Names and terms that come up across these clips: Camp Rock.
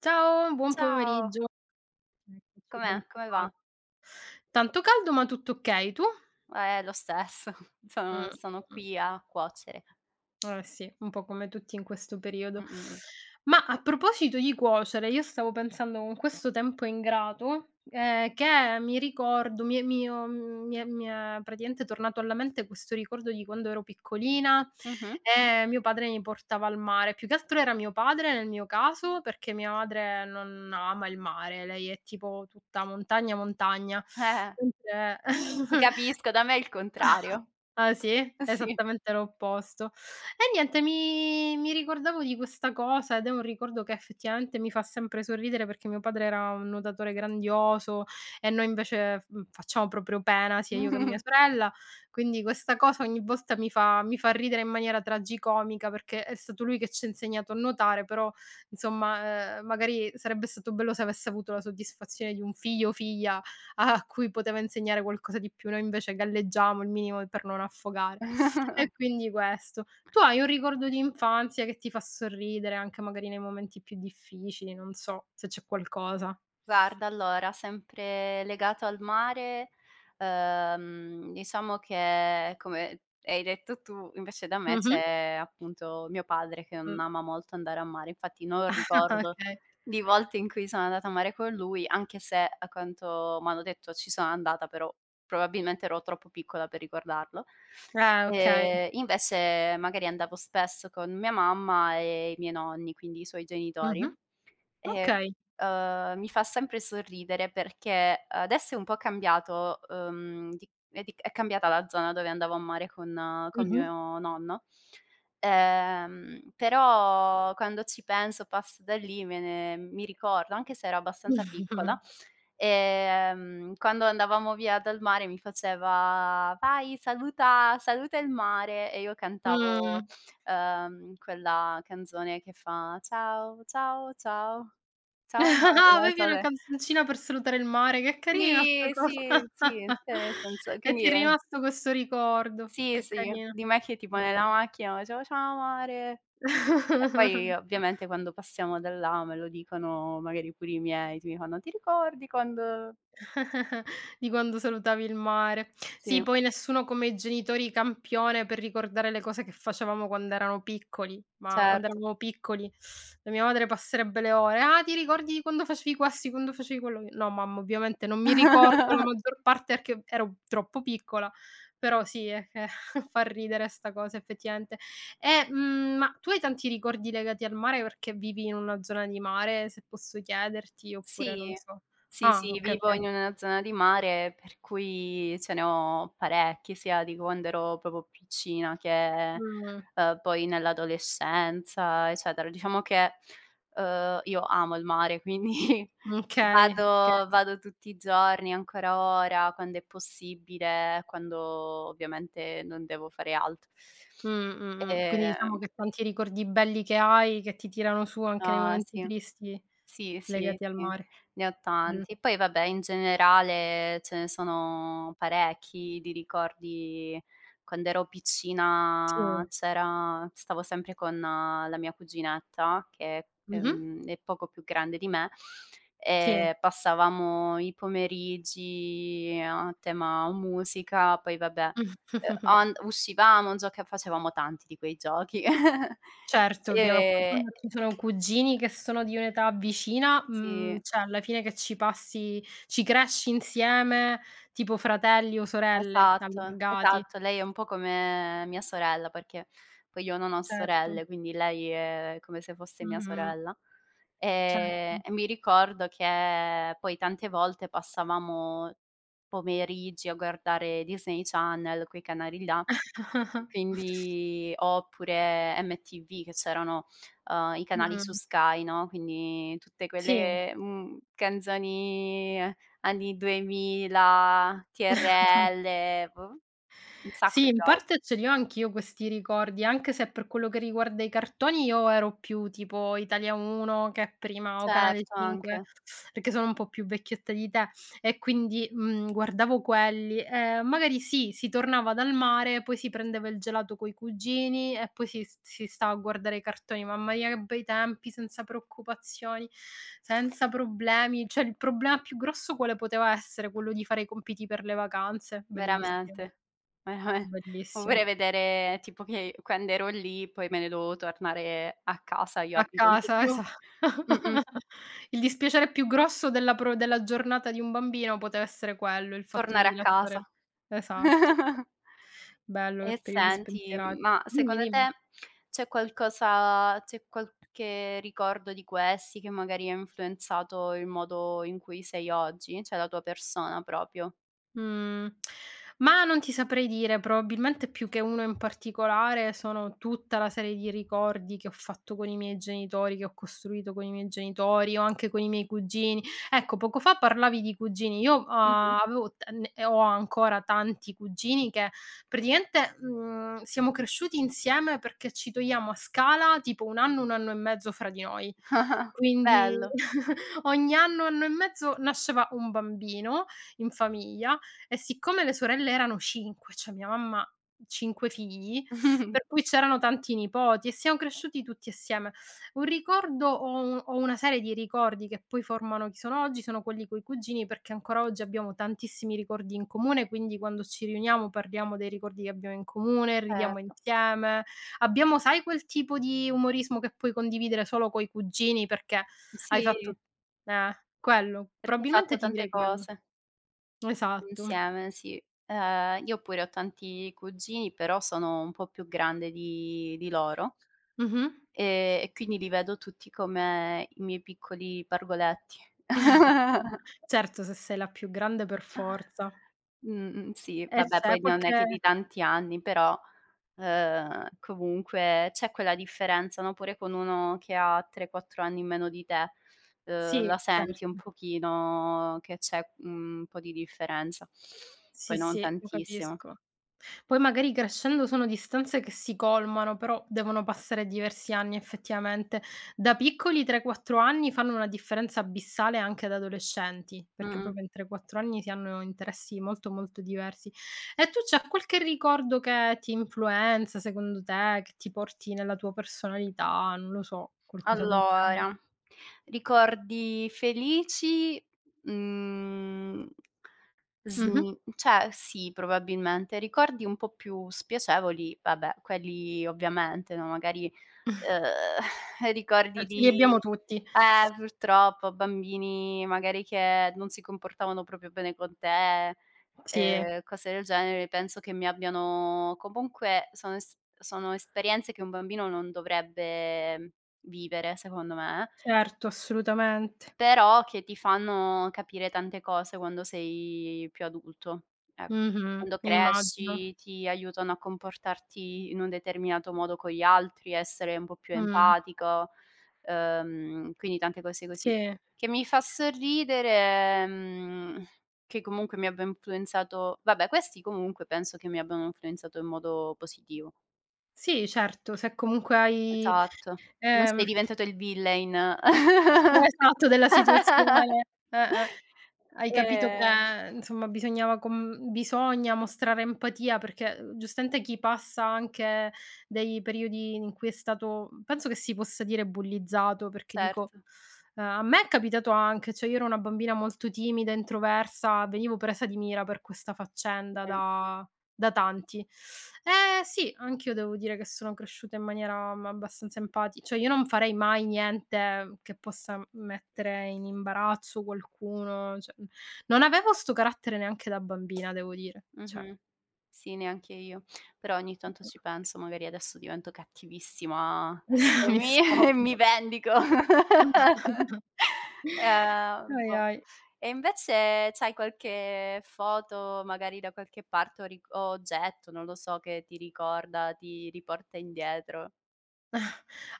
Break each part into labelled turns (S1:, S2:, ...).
S1: Ciao, buon
S2: Ciao,
S1: pomeriggio. Eccoci, ben
S2: com'è? Come va?
S1: trovati. Tanto caldo ma tutto okay, tu?
S2: Lo stesso, sono
S1: Mh-mh.
S2: qui a cuocere.
S1: Eh sì, un po' come tutti in questo periodo.
S2: Mh-mh.
S1: Ma a proposito di cuocere, io stavo pensando con questo tempo ingrato, che mi ricordo mi è mi ho mm, mi è praticamente tornato alla mente questo ricordo di quando ero piccolina
S2: Mh-mh.
S1: e mio padre mi portava al mare. Più che altro era mio padre nel mio caso, perché mia madre non ama il mare, lei è tipo tutta montagna, montagna.
S2: Eh,
S1: Mentre
S2: ti capisco, da me è il contrario.
S1: Ah sì?
S2: Sì.
S1: Esattamente l'opposto. E niente, mi ricordavo di questa cosa ed è un ricordo che effettivamente mi fa sempre sorridere perché mio padre era un nuotatore grandioso e noi invece, facciamo proprio pena, sia io che mia sorella, quindi questa cosa ogni volta mi fa ridere in maniera tragicomica perché è stato lui che ci ha insegnato a nuotare, però insomma, magari sarebbe stato bello se avesse avuto la soddisfazione di un figlio o figlia a cui poteva insegnare qualcosa di più. Noi invece galleggiamo il minimo per non affogare. E quindi questo. Tu hai un ricordo di infanzia che ti fa sorridere anche magari nei momenti più difficili, non so se c'è qualcosa.
S2: Guarda, allora, sempre legato al mare, diciamo che come hai detto tu, invece da me
S1: Mh-mh.
S2: c'è appunto mio padre che
S1: Mh.
S2: non ama molto andare a mare, infatti non
S1: Ah,
S2: ricordo
S1: okay.
S2: di volte in cui sono andata a mare con lui, anche se a quanto m'hanno detto ci sono andata, però probabilmente ero troppo piccola per ricordarlo.
S1: Okay.
S2: Invece magari andavo spesso con mia mamma e i miei nonni, quindi i suoi genitori.
S1: Mh-mh.
S2: E,
S1: Okay.
S2: mi fa sempre sorridere perché adesso è un po' cambiato, di è cambiata la zona dove andavo a mare con
S1: Mh-mh.
S2: mio nonno, però quando ci penso, passo da lì, me ne mi ricordo, anche se ero abbastanza piccola, quando andavamo via dal mare mi faceva: "Vai, saluta il mare" e io
S1: Mh.
S2: cantavo, quella canzone che fa: "Ciao, ciao, ciao". Ciao Mario, non lo
S1: Avevi
S2: so
S1: una
S2: se
S1: canzoncina per salutare il mare, che carina sta
S2: sì,
S1: cosa.
S2: sì, sì, cioè nel senso
S1: E ti
S2: quindi
S1: è rimasto questo ricordo.
S2: sì,
S1: Che
S2: sì,
S1: carina.
S2: di me che tipo
S1: Ho
S2: nella
S1: capi
S2: macchina facevo: "Ciao Mare" e poi
S1: Mh.
S2: ovviamente quando passiamo da là me lo dicono magari pure i miei, ti mi fanno: "Ti ricordi quando"
S1: Di quando salutavi il mare. Sì,
S2: sì,
S1: poi nessuno come i genitori campione per ricordare le cose che facevamo quando erano piccoli, ma quando
S2: certo.
S1: eravamo piccoli, la mia madre passerebbe le ore: "Ah, ti ricordi di quando facevi questo, di quando facevi quello?" Io: "No mamma, ovviamente non mi ricordo la maggior parte perché ero troppo piccola." Però sì, che fa ridere 'sta cosa effettivamente. E, ma tu hai tanti ricordi legati al mare perché vivi in una zona di mare, se posso chiederti, oppure non
S2: Sì,
S1: so?
S2: sì,
S1: Ah,
S2: sì,
S1: okay,
S2: vivo
S1: okay.
S2: in una zona di mare per cui ce ne ho parecchi, sia di quando ero proprio piccina che,
S1: Mh,
S2: poi nell'adolescenza, eccetera. Diciamo che, io amo il mare, quindi
S1: okay, okay.
S2: vado tutti i giorni, ancora ora, quando è possibile, quando ovviamente non devo fare altro.
S1: Quindi diciamo
S2: Ehm,
S1: che tanti ricordi belli che hai, che ti tirano su anche nei
S2: no,
S1: momenti
S2: sì.
S1: tristi
S2: Sì, sì,
S1: legati al
S2: sì,
S1: mare.
S2: ne ho
S1: Mh,
S2: tanti. Poi vabbè, in generale ce ne sono parecchi di ricordi. Quando ero
S1: sì.
S2: piccina c'era stavo sempre con la mia cuginetta che,
S1: Mh-mh.
S2: è poco più grande di me,
S1: Sì.
S2: e passavamo i pomeriggi a tema musica, poi vabbè, an uscivamo, gioca facevamo tanti di quei giochi.
S1: Certo, ovvia ma poi
S2: Ehm,
S1: quando ci sono cugini che sono di un'età vicina,
S2: sì.
S1: cioè alla fine che ci passi ci cresci insieme tipo fratelli o sorelle
S2: Esatto,
S1: allargati.
S2: esatto. Lei è un po' come mia sorella, perché poi io non ho
S1: Certo.
S2: sorelle, quindi lei è come se fosse mia
S1: Mh-mh.
S2: sorella.
S1: Certo.
S2: E mi ricordo che poi tante volte passavamo pomeriggi a guardare Disney Channel, quei canali là, quindi oppure MTV che c'erano, i canali su
S1: Mh.
S2: Sky, no, quindi tutte
S1: Sì.
S2: quelle, mhmm, canzoni anni 2000, TRL, boh, un sacco
S1: Sì,
S2: di
S1: in
S2: rob
S1: parte ce li ho anch'io questi ricordi, anche se per quello che riguarda i cartoni io ero più tipo Italia 1 che è prima o Canale
S2: certo
S1: 5,
S2: anche,
S1: perché sono un po' più vecchietta di te e quindi, guardavo quelli. Magari sì, si tornava dal mare, poi si prendeva il gelato coi cugini e poi si stava a guardare i cartoni. Mamma mia che bei tempi, senza preoccupazioni, senza problemi. Cioè il problema più grosso quale poteva essere? Quello di fare i compiti per le vacanze, bellissimo.
S2: veramente, verame
S1: Bellissimo.
S2: oppure vedere tipo che quando ero lì poi me ne dovevo tornare a casa, io
S1: A
S2: abito un po'
S1: casa,
S2: più
S1: esa
S2: mh-mh,
S1: Il dispiacere più grosso della giornata di un bambino poteva essere quello, il fatto
S2: tornare
S1: di
S2: a casa.
S1: lasciare. Esatto. Bello che
S2: E
S1: periodi
S2: senti,
S1: spensierati.
S2: ma
S1: Dimmi,
S2: secondo
S1: dimmi.
S2: te c'è qualcosa c'è qualche ricordo di questi che magari ha influenzato il modo in cui sei oggi? Cioè la tua persona proprio?
S1: Mhmm, ma non ti saprei dire, probabilmente più che uno in particolare sono tutta la serie di ricordi che ho fatto con i miei genitori, che ho costruito con i miei genitori o anche con i miei cugini. Ecco, poco fa parlavi di cugini, io,
S2: Mh-mh.
S1: avevo t ne e ho ancora tanti cugini che praticamente, siamo cresciuti insieme perché ci togliamo a scala tipo 1 anno, 1 anno e mezzo fra di noi. Quindi
S2: Bello.
S1: ogni anno, anno e mezzo nasceva un bambino in famiglia e siccome le sorelle erano 5, cioè mia mamma ha 5 figli, per cui c'erano tanti nipoti e siamo cresciuti tutti assieme. Un ricordo ho una serie di ricordi che poi formano chi sono oggi, sono quelli coi cugini, perché ancora oggi abbiamo tantissimi ricordi in comune, quindi quando ci riuniamo parliamo dei ricordi che abbiamo in comune, ridiamo
S2: Certo.
S1: insieme. Abbiamo sai quel tipo di umorismo che puoi condividere solo coi cugini perché hai fatto
S2: Sì,
S1: eh, quello.
S2: perché hai
S1: Probabilmente
S2: fatto
S1: ti
S2: tante
S1: direi quello.
S2: cose
S1: Esatto.
S2: insieme, sì. Io pure ho tanti cugini, però sono un po' più grande di loro,
S1: Mh-mh.
S2: e quindi li vedo tutti come i miei piccoli pargoletti.
S1: Certo, se sei la più grande per forza.
S2: Mh-mh, sì,
S1: E
S2: vabbè
S1: c'è
S2: poi non è
S1: qualche.
S2: che di tanti anni, però, comunque c'è quella differenza, no, pure con uno che ha 3, 4 anni in meno di te,
S1: Sì,
S2: la
S1: certo.
S2: senti un pochino che c'è, mhmm, un po' di differenza.
S1: Sì,
S2: Poi non
S1: sì, lo
S2: tantissimo.
S1: capisco. Poi magari crescendo sono distanze che si colmano, però devono passare diversi anni effettivamente. Da piccoli 3, 4 anni fanno una differenza abissale anche da adolescenti, perché
S2: Mh-mh.
S1: proprio in 3, 4 anni si hanno interessi molto, molto diversi. E tu c'è qualche ricordo che ti influenza secondo te, che ti porti nella tua personalità, non lo so, qualcosa del genere?
S2: Allora, ricordi felici, mhmm
S1: Mh-mh.
S2: Sni cioè sì, probabilmente. Ricordi un po' più spiacevoli, vabbè, quelli ovviamente, no, magari, ricordi
S1: Ce li
S2: di
S1: abbiamo tutti.
S2: purtroppo, bambini magari che non si comportavano proprio bene con te,
S1: Sì,
S2: cose del genere, penso che mi abbiano comunque sono es sono esperienze che un bambino non dovrebbe vivere, secondo me.
S1: certo, assolutamente.
S2: Però che ti fanno capire tante cose quando sei più adulto, ecco.
S1: Mh-mh,
S2: Quando
S1: immagino.
S2: cresci ti aiutano a comportarti in un determinato modo con gli altri, essere un po' più
S1: Mh.
S2: empatico, quindi tante cose così.
S1: Sì.
S2: Che mi fa sorridere, mhmm, che comunque mi abbia influenzato vabbè questi comunque penso che mi abbiano influenzato in modo positivo.
S1: Sì, certo, se comunque hai
S2: Esatto. Non
S1: ehm,
S2: sei diventato il villain.
S1: esatto, della situazione. Eh-eh. Hai capito
S2: Ehm,
S1: che insomma bisogna mostrare empatia perché, giustamente chi passa anche dei periodi in cui è stato penso che si possa dire bullizzato, perché dico,
S2: certo,
S1: a me è capitato anche, cioè io ero una bambina molto timida, introversa, venivo presa di mira per questa faccenda
S2: sì,
S1: da tanti. Eh sì, anch'io devo dire che sono cresciuta in maniera, abbastanza empati cioè io non farei mai niente che possa mettere in imbarazzo qualcuno, cioè non avevo 'sto carattere neanche da bambina devo dire, cioè
S2: mh-mh. Sì, neanche io. Però ogni tanto ci penso, magari adesso divento cattivissima e
S1: mi
S2: mi e
S1: sfogo.
S2: mi vendico.
S1: Ahi,
S2: Boh.
S1: ahi.
S2: E invece c'hai qualche foto, magari da qualche parte o ric o oggetto, non lo so, che ti ricorda, ti riporta indietro?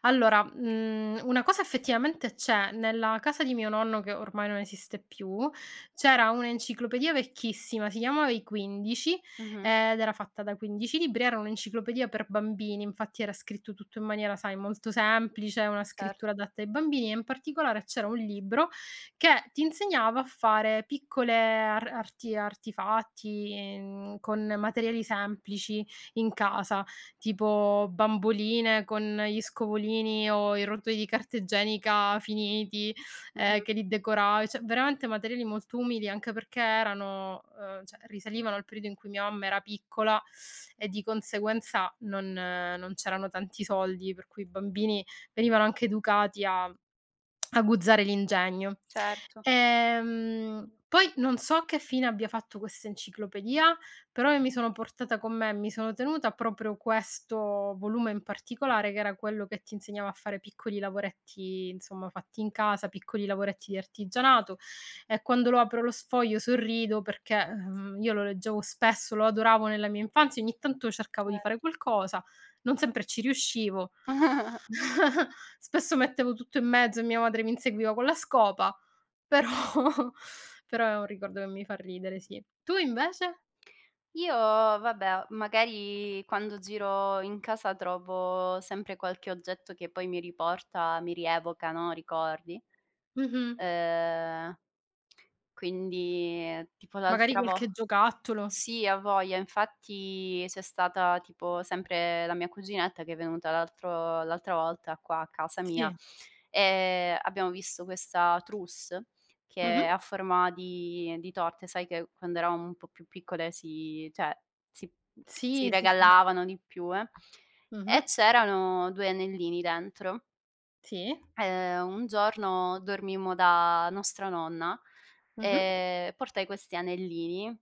S1: Allora, una cosa effettivamente c'è. Nella casa di mio nonno, che ormai non esiste più, c'era un'enciclopedia vecchissima, si chiamava I 15
S2: Mh-mh,
S1: ed era fatta da 15 libri, era un'enciclopedia per bambini, infatti era scritto tutto in maniera, sai, molto semplice, una
S2: certo,
S1: scrittura adatta ai bambini e in particolare c'era un libro che ti insegnava a fare piccole ar arti artefatti, con materiali semplici in casa tipo bamboline con gli scovolini o i rotoli di carta igienica finiti,
S2: mh-mh,
S1: che li decoravi, cioè veramente materiali molto umili, anche perché erano cioè risalivano al periodo in cui mia mamma era piccola e di conseguenza non c'erano tanti soldi, per cui i bambini venivano anche educati a aguzzare l'ingegno.
S2: certo,
S1: Poi non so che fine abbia fatto questa enciclopedia, però io mi sono portata con me, mi sono tenuta proprio questo volume in particolare, che era quello che ti insegnava a fare piccoli lavoretti, insomma, fatti in casa, piccoli lavoretti di artigianato e quando lo apro lo sfoglio sorrido perché, io lo leggevo spesso, lo adoravo nella mia infanzia, ogni tanto cercavo di
S2: cer
S1: fare qualcosa, non sempre ci riuscivo. Spesso mettevo tutto in mezzo e mia madre mi inseguiva con la scopa, però però è un ricordo che mi fa ridere, sì. Tu invece?
S2: Io vabbè, magari quando giro in casa trovo sempre qualche oggetto che poi mi riporta mi rievoca, no, ricordi.
S1: Mh-mh.
S2: Ehm, quindi tipo
S1: Magari
S2: l'altra vo
S1: qualche giocattolo.
S2: sì, a voglia. Infatti c'è stata tipo sempre la mia cuginetta che è venuta l'altro l'altra volta qua a casa mia,
S1: Sì.
S2: abbiamo visto questa trousse che è
S1: Mh-mh.
S2: a forma di torte. Sai che quando eravamo un po' più piccole si cioè si si
S1: Sì, sì, sì.
S2: regalavano di più,
S1: Mh-mh.
S2: e c'erano 2 anellini dentro.
S1: Sì.
S2: Un giorno dormimmo da nostra nonna
S1: Mh-mh.
S2: e portai questi anellini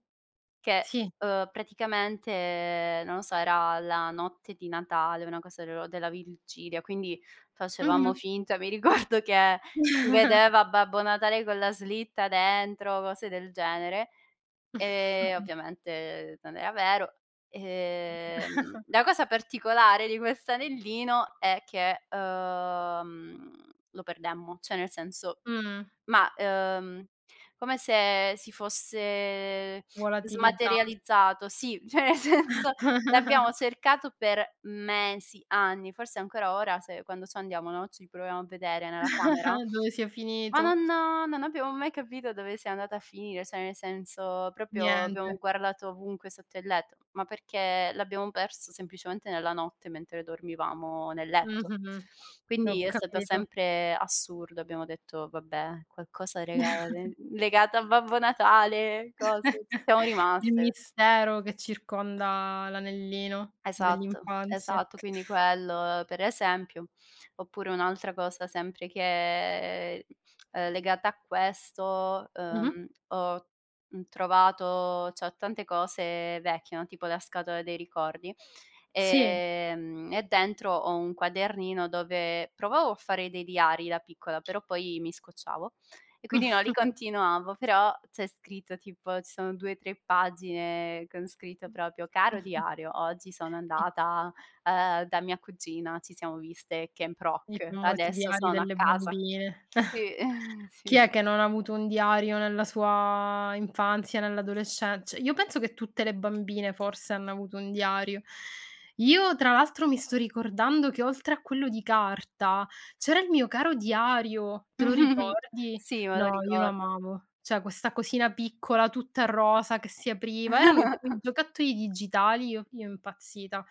S2: che,
S1: Sì.
S2: praticamente, non lo so, era la notte di Natale, una cosa dello della vigilia, quindi facevamo
S1: Mh-mh.
S2: finta, mi ricordo che si vedeva Babbo Natale con la slitta dentro, cose del genere, e ovviamente non era vero.
S1: Mh.
S2: La cosa particolare di quest'anellino è che, lo perdemmo, cioè nel senso ma, come se si fosse
S1: Volatilizzato.
S2: smaterializzato, sì, cioè nel senso l'abbiamo cercato per mesi, anni, forse ancora ora se quando ci andiamo, no, ci proviamo a vedere nella camera
S1: Dove sia
S2: ma
S1: finito?
S2: non abbiamo mai capito dove sia andata a finire, cioè nel senso proprio
S1: Niente.
S2: abbiamo guardato ovunque sotto il letto, ma perché l'abbiamo perso semplicemente nella notte mentre dormivamo nel letto.
S1: Mh-mh. Ho
S2: Quindi è stato
S1: capito.
S2: sempre assurdo, abbiamo detto: "Vabbè, qualcosa rega legato a Babbo Natale, cose", ci siamo
S1: Il
S2: rimaste.
S1: mistero che circonda l'anellino
S2: Esatto,
S1: dell'infanzia.
S2: esatto, quindi quello per esempio. Oppure un'altra cosa sempre che, legata a questo,
S1: Mh-mh.
S2: ho, mhmm, trovato c'ho tante cose vecchie, no, tipo la scatola dei ricordi,
S1: Sì.
S2: e dentro ho un quadernino dove provavo a fare dei diari da piccola, però poi mi scocciavo. E quindi no, li continuavo, però c'è scritto tipo ci sono 2, 3 pagine con scritto proprio: "Caro diario, oggi sono andata, da mia cugina, ci siamo viste Camp
S1: I
S2: Rock,
S1: famosi
S2: adesso
S1: diari
S2: sono a
S1: delle
S2: casa".
S1: bambine.
S2: Sì, sì.
S1: Chi è che non ha avuto un diario nella sua infanzia, nell'adolescen cioè io penso che tutte le bambine forse hanno avuto un diario. Io tra l'altro mi sto ricordando che oltre a quello di carta, c'era il mio caro diario, te lo ricordi?
S2: Sì, me lo
S1: No, io lo
S2: ricordo.
S1: amavo. Cioè questa cosina piccola, tutta rosa che si apriva, erano i primi giocattoli digitali, io impazzita.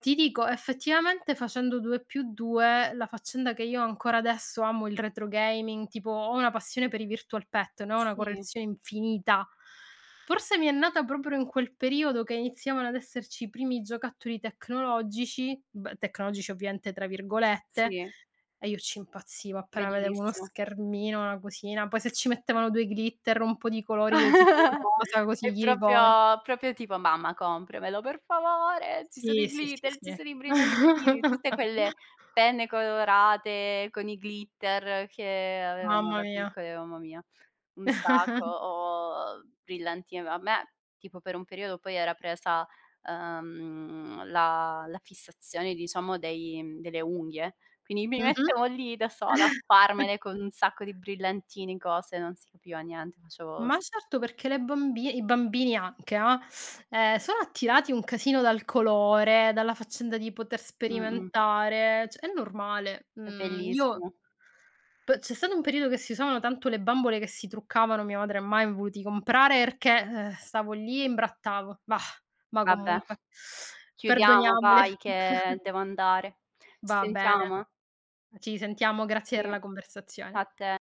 S1: Ti dico, effettivamente facendo 2 più 2, la faccenda che io ancora adesso amo il retro gaming, tipo ho una passione per i virtual pet, ne ho una
S2: Sì,
S1: collezione infinita. Forse mi è nata proprio in quel periodo che iniziavano ad esserci i primi giocattoli tecnologici, b tecnologici ovviamente tra virgolette,
S2: sì,
S1: e io ci impazzivo appena vedevo uno
S2: bellissimo.
S1: schermino, una cosina, poi se ci mettevano 2 glitter, un po' di colori io tipo rosa,
S2: È
S1: così i rigori.
S2: proprio proprio tipo: "Mamma compramelo per favore, ci sono
S1: Sì,
S2: i
S1: sì, sì,
S2: glitter, ci
S1: sì.
S2: sono i brillantini", tutte quelle penne colorate con i glitter che avevamo
S1: Mamma
S2: da
S1: mia.
S2: piccole, mamma mia, un sacco, o brillantini. A me tipo per un periodo poi era presa, la fissazione diciamo dei delle unghie, quindi mi
S1: Mh-mh.
S2: mettevo lì da sola a farmele con un sacco di brillantini, cose, non si capiva niente, facevo
S1: Ma certo, perché le bambi i bambini anche, ah, sono attirati un casino dal colore, dalla faccenda di poter
S2: Mh-mh.
S1: sperimentare, cioè è normale.
S2: È
S1: Mhmm, io
S2: bellissimo.
S1: p c'è stato un periodo che si usavano tanto le bambole che si truccavano, mia madre mai m voluti comprare perché, stavo lì e imbrattavo. Bah, ma
S2: Vabbè,
S1: comunque
S2: chiudiamo
S1: perdoniamole.
S2: vai che devo andare. Ci
S1: Va bene,
S2: sentiamo?
S1: ci sentiamo, grazie
S2: Sì,
S1: per la conversazione.
S2: a te.